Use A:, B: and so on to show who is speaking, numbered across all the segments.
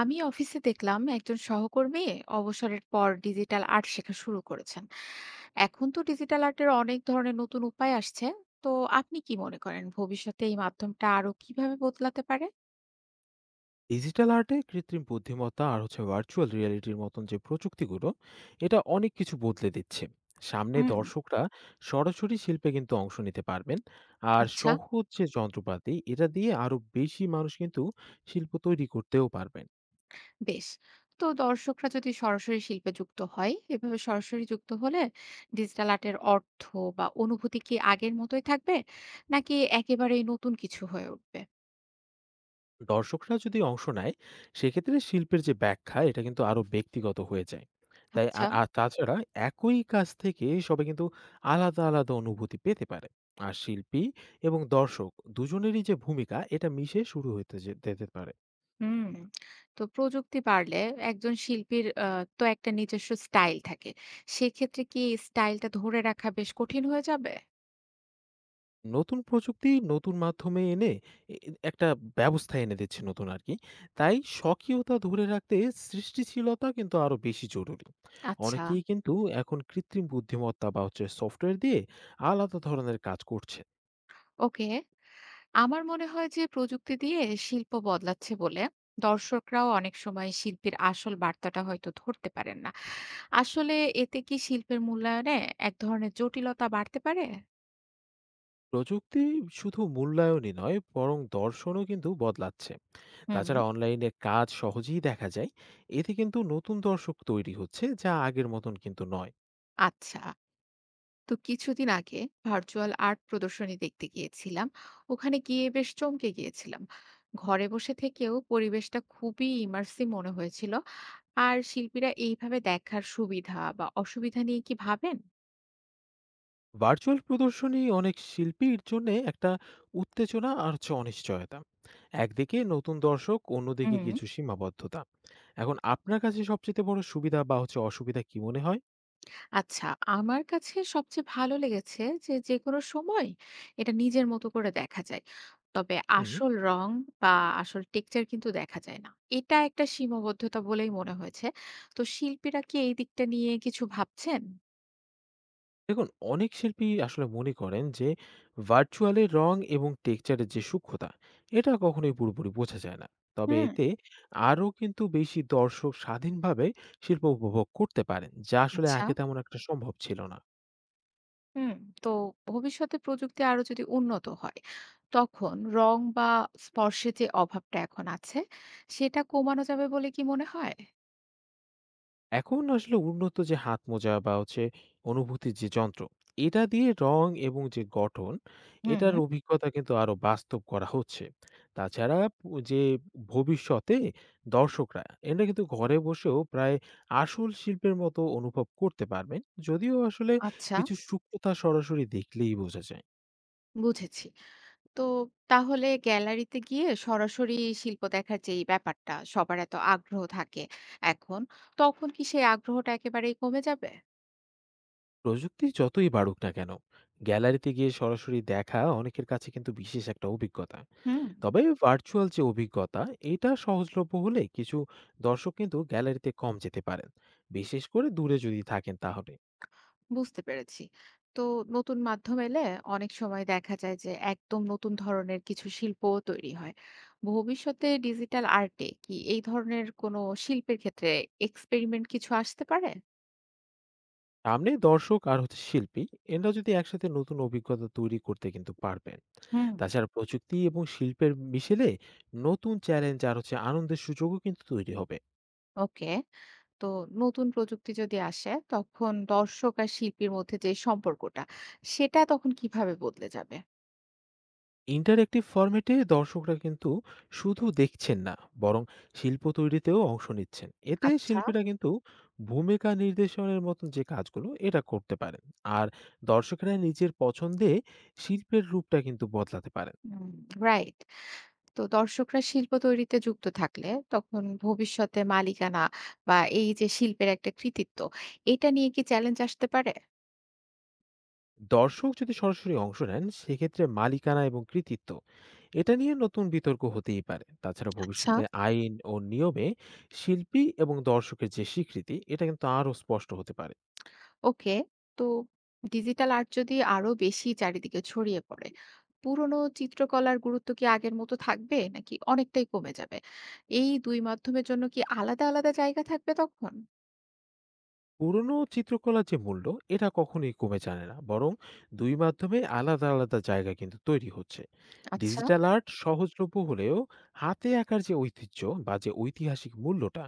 A: আমি অফিসে দেখলাম একজন সহকর্মী অবসরের পর ডিজিটাল আর্ট শেখা শুরু করেছেন। এখন তো ডিজিটাল আর্টের অনেক ধরনের নতুন উপায় আসছে। তো আপনি কি মনে করেন ভবিষ্যতে এই মাধ্যমটা আরো কিভাবে বদলাতে পারে?
B: ডিজিটাল আর্টে কৃত্রিম বুদ্ধিমত্তা আর হচ্ছে ভার্চুয়াল রিয়ালিটির মতন যে প্রযুক্তিগুলো, এটা অনেক কিছু বদলে দিচ্ছে। সামনে
A: হুম।
B: দর্শকরা সরাসরি শিল্পে কিন্তু অংশ নিতে পারবেন। আর
A: আচ্ছা।
B: সহজ যে যন্ত্রপাতি, এটা দিয়ে আরো বেশি মানুষ কিন্তু শিল্প তৈরি করতেও পারবে।
A: বেশ। তো দর্শকরা যদি সরাসরি শিল্পে যুক্ত হয়, এভাবে সরাসরি যুক্ত হলে ডিজিটাল আর্টের অর্থ বা অনুভূতি কি আগের মতোই থাকবে, নাকি একেবারেই নতুন কিছু হয়ে উঠবে?
B: দর্শকরা যদি অংশ নেয়, সেক্ষেত্রে শিল্পের যে ব্যাখ্যা এটা কিন্তু আরো ব্যক্তিগত হয়ে যায়। তাই
A: আচ্ছা।
B: আর তাছাড়া একই কাজ থেকে সবাই কিন্তু আলাদা আলাদা অনুভূতি পেতে পারে। আর শিল্পী এবং দর্শক, দুজনেরই যে ভূমিকা এটা মিশে শুরু হতে যেতে পারে।
A: হুম। তো প্রযুক্তি বাড়লে একজন শিল্পীর তো একটা নিজস্ব স্টাইল থাকে। সেক্ষেত্রে কি স্টাইলটা ধরে রাখা বেশ কঠিন হয়ে যাবে?
B: নতুন প্রযুক্তি নতুন মাধ্যমে এনে এ একটা ব্যবস্থা এনে দিচ্ছে নতুন আরকি। তাই স্বকীয়তা ধরে রাখতে সৃষ্টিশীলতা কিন্তু আরো বেশি জরুরি।
A: আচ্ছা।
B: অনেকেই কিন্তু এখন কৃত্রিম বুদ্ধিমত্তা বা হচ্ছে সফটওয়্যার দিয়ে আলাদা ধরনের কাজ করছে।
A: ওকে। আমার মনে হয় যে প্রযুক্তি দিয়ে শিল্প বদলাচ্ছে বলে দর্শকরাও অনেক সময় শিল্পীর আসল বার্তাটা হয়তো ধরতে পারেন না। আসলে এতে কি শিল্পের মূল্যায়নে এক ধরনের জটিলতা বাড়তে পারে?
B: প্রযুক্তি শুধু মূল্যায়নই নয়, বরং দর্শনও কিন্তু বদলাচ্ছে। তাছাড়া
A: হুম।
B: অনলাইনে কাজ সহজেই দেখা যায়। এতে কিন্তু নতুন দর্শক তৈরি হচ্ছে, যা আগের মতন কিন্তু নয়।
A: আচ্ছা। তো কিছুদিন আগে ভার্চুয়াল আর্ট প্রদর্শনী দেখতে গিয়েছিলাম। ওখানে গিয়ে বেশ চমকে গিয়েছিলাম। ঘরে বসে থেকেও পরিবেশটা খুবই ইমার্সিভ মনে হয়েছিল। আর শিল্পীরা এইভাবে দেখার সুবিধা বা অসুবিধা নিয়ে কি ভাবেন?
B: ভার্চুয়াল প্রদর্শনী অনেক শিল্পীর জন্য একটা উত্তেজনা আর হচ্ছে অনিশ্চয়তা। একদিকে নতুন দর্শক, অন্যদিকে
A: হুম।
B: কিছু সীমাবদ্ধতা। এখন আপনার কাছে সবচেয়ে বড় সুবিধা বা হচ্ছে অসুবিধা কি মনে হয়?
A: আচ্ছা। আমার কাছে সবচেয়ে ভালো লেগেছে যে যে কোনো সময় এটা নিজের মতো করে দেখা যায়। তবে
B: হুম।
A: আসল রং বা আসল টেক্সচার কিন্তু দেখা যায় না। এটা একটা সীমাবদ্ধতা বলেই মনে হয়েছে। তো শিল্পীরা কি এই দিকটা নিয়ে কিছু ভাবছেন?
B: দেখুন, অনেক শিল্পী আসলে মনে করেন যে ভার্চুয়ালের রং এবং টেক্সচারের যে সূক্ষ্মতা, এটা কখনোই পুরোপুরি বোঝা যায় না। তবে
A: হুম।
B: এতে আরও কিন্তু বেশি দর্শক স্বাধীনভাবে শিল্প উপভোগ করতে পারেন, যা আসলে
A: আচ্ছা।
B: আগে তেমন একটা সম্ভব ছিল না।
A: হুম। তো ভবিষ্যতে প্রযুক্তি আরো যদি উন্নত হয়, তখন রং বা স্পর্শের যে অভাবটা এখন আছে, সেটা কমানো যাবে বলে কি মনে হয়?
B: এখন আসলে উন্নত যে হাত মোজা বা হচ্ছে অনুভূতির যে যন্ত্র, এটা দিয়ে রং এবং যে গঠন, এটার
A: হুম,
B: অভিজ্ঞতা কিন্তু আরো বাস্তব করা হচ্ছে। তাছাড়া যে ভবিষ্যতে দর্শকরা, এরা কিন্তু ঘরে বসেও প্রায় আসল শিল্পের মতো অনুভব করতে পারবেন। যদিও আসলে
A: আচ্ছা,
B: কিছু সূক্ষ্মতা সরাসরি দেখলেই বোঝা যায়।
A: বুঝেছি। তো তাহলে গ্যালারিতে গিয়ে সরাসরি শিল্প দেখার যে এই ব্যাপারটা, সবার এত আগ্রহ থাকে এখন, তখন কি সেই আগ্রহটা একেবারেই কমে যাবে?
B: প্রযুক্তি যতই বাড়ুক না কেন, গ্যালারিতে গিয়ে সরাসরি দেখা অনেকের কাছে কিন্তু বিশেষ একটা অভিজ্ঞতা।
A: হুম।
B: তবে ভার্চুয়াল যে অভিজ্ঞতা, এটা সহজলভ্য হলে কিছু দর্শক কিন্তু গ্যালারিতে কম যেতে পারেন, বিশেষ করে দূরে যদি থাকেন তাহলে।
A: বুঝতে পেরেছি। তো নতুন মাধ্যম এলে অনেক সময় দেখা যায় যে একদম নতুন ধরনের কিছু শিল্পও তৈরি হয়। ভবিষ্যতে ডিজিটাল আর্টে কি এই ধরনের কোনো শিল্পের ক্ষেত্রে এক্সপেরিমেন্ট কিছু আসতে পারে?
B: সামনে দর্শক আর হচ্ছে শিল্পী, এরা যদি একসাথে নতুন অভিজ্ঞতা তৈরি করতে কিন্তু পারবেন।
A: হুম।
B: তাছাড়া প্রযুক্তি এবং শিল্পের মিশেলে নতুন চ্যালেঞ্জ আর হচ্ছে আনন্দের সুযোগও কিন্তু তৈরি হবে।
A: ওকে। তো নতুন প্রযুক্তি যদি আসে তখন দর্শক আর শিল্পীর মধ্যে যে সম্পর্কটা সেটা তখন কিভাবে বদলে যাবে?
B: ইন্টারেক্টিভ ফরম্যাটে দর্শকরা কিন্তু শুধু দেখছেন না, বরং শিল্প তৈরিতেও অংশ নিচ্ছেন। এতে
A: আচ্ছা।
B: শিল্পীরা কিন্তু ভূমিকা নির্দেশনের মতন যে কাজগুলো এটা করতে পারেন। আর দর্শকেরা নিজের পছন্দে শিল্পের রূপটা কিন্তু বদলাতে পারেন।
A: হুম, রাইট। তো দর্শকরা শিল্প তৈরিতে যুক্ত থাকলে তখন ভবিষ্যতে মালিকানা বা এই যে শিল্পের একটা কৃতিত্ব, এটা নিয়ে কি চ্যালেঞ্জ আসতে পারে?
B: দর্শক যদি সরাসরি অংশ নেন, সেক্ষেত্রে মালিকানা এবং কৃতিত্ব, এটা নিয়ে নতুন বিতর্ক হতেই পারে। তাছাড়া
A: আচ্ছা।
B: ভবিষ্যতে আইন ও নিয়মে শিল্পী এবং দর্শকের যে স্বীকৃতি, এটা কিন্তু আরও স্পষ্ট হতে পারে।
A: ওকে। তো ডিজিটাল আর্ট যদি আরো বেশি চারিদিকে ছড়িয়ে পড়ে, পুরনো চিত্রকলার গুরুত্ব কি আগের মতো থাকবে নাকি অনেকটাই কমে যাবে? এই দুই মাধ্যমের জন্য কি আলাদা আলাদা জায়গা থাকবে তখন?
B: পুরনো চিত্রকলার যে মূল্য, এটা কখনোই কমে যায় না, বরং দুই মাধ্যমে আলাদা আলাদা জায়গা কিন্তু তৈরি হচ্ছে।
A: আচ্ছা।
B: ডিজিটাল আর্ট সহজলভ্য হলেও হাতে আঁকার যে ঐতিহ্য বা যে ঐতিহাসিক মূল্যটা,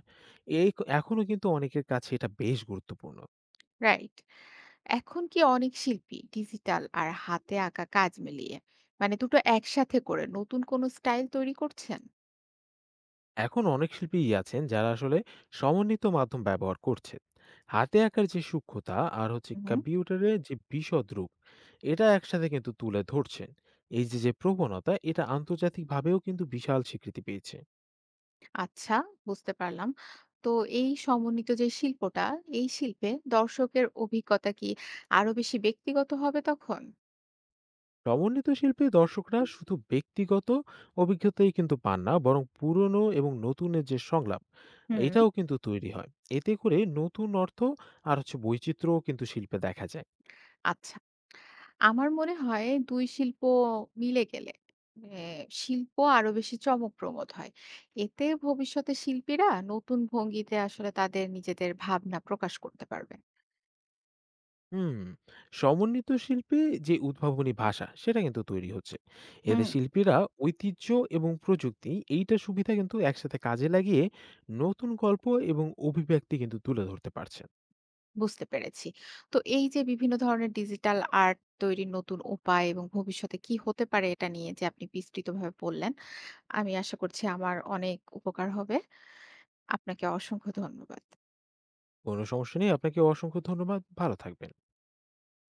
B: এখনো কিন্তু অনেকের কাছে এটা বেশ গুরুত্বপূর্ণ।
A: রাইট। এখন কি অনেক শিল্পী ডিজিটাল আর হাতে আঁকা কাজ মিলিয়ে, মানে দুটো একসাথে করে নতুন কোনো স্টাইল তৈরি করছেন?
B: এখন অনেক শিল্পীই আছেন যারা আসলে সমন্বিত মাধ্যম ব্যবহার করছে। হাতে আঁকার যে সূক্ষ্মতা আর হচ্ছে
A: হুম।
B: কম্পিউটারের যে বিশদ রূপ, এটা একসাথে কিন্তু তুলে ধরছেন। এই যে যে প্রবণতা, এটা আন্তর্জাতিকভাবেও কিন্তু বিশাল স্বীকৃতি পেয়েছে।
A: আচ্ছা। বুঝতে পারলাম। তো এই সমন্বিত যে শিল্পটা, এই শিল্পে দর্শকের অভিজ্ঞতা কি আরো বেশি ব্যক্তিগত হবে তখন?
B: সমন্বিত শিল্পে দর্শকরা শুধু ব্যক্তিগত অভিজ্ঞতাই কিন্তু পান না, বরং পুরনো এবং নতুনের যে সংলাপ,
A: হুম।
B: এটাও কিন্তু তৈরি হয়। এতে করে নতুন অর্থ আর হচ্ছে বৈচিত্র্যও কিন্তু শিল্পে দেখা যায়।
A: আচ্ছা। আমার মনে হয় দুই শিল্প মিলে গেলে শিল্প আরো বেশি চমকপ্রদ হয়। এতে ভবিষ্যতে শিল্পীরা নতুন ভঙ্গিতে আসলে তাদের নিজেদের ভাবনা প্রকাশ করতে পারবে।
B: হুম। সমন্বিত শিল্পে যে উদ্ভাবনী ভাষা, সেটা কিন্তু তৈরি হচ্ছে। এতে
A: হুম।
B: শিল্পীরা ঐতিহ্য এবং প্রযুক্তি এইটা সুবিধা কিন্তু একসাথে কাজে লাগিয়ে নতুন গল্প এবং অভিব্যক্তি কিন্তু তুলে ধরতে পারছেন।
A: বুঝতে পেরেছি। তো এই যে বিভিন্ন ধরনের ডিজিটাল আর্ট তৈরির নতুন উপায় এবং ভবিষ্যতে কি হতে পারে এটা নিয়ে যে আপনি বিস্তৃতভাবে বললেন, আমি আশা করছি আমার অনেক উপকার হবে। আপনাকে অসংখ্য ধন্যবাদ।
B: কোনো সমস্যা নেই, আপনাকে অসংখ্য ধন্যবাদ, ভালো থাকবেন।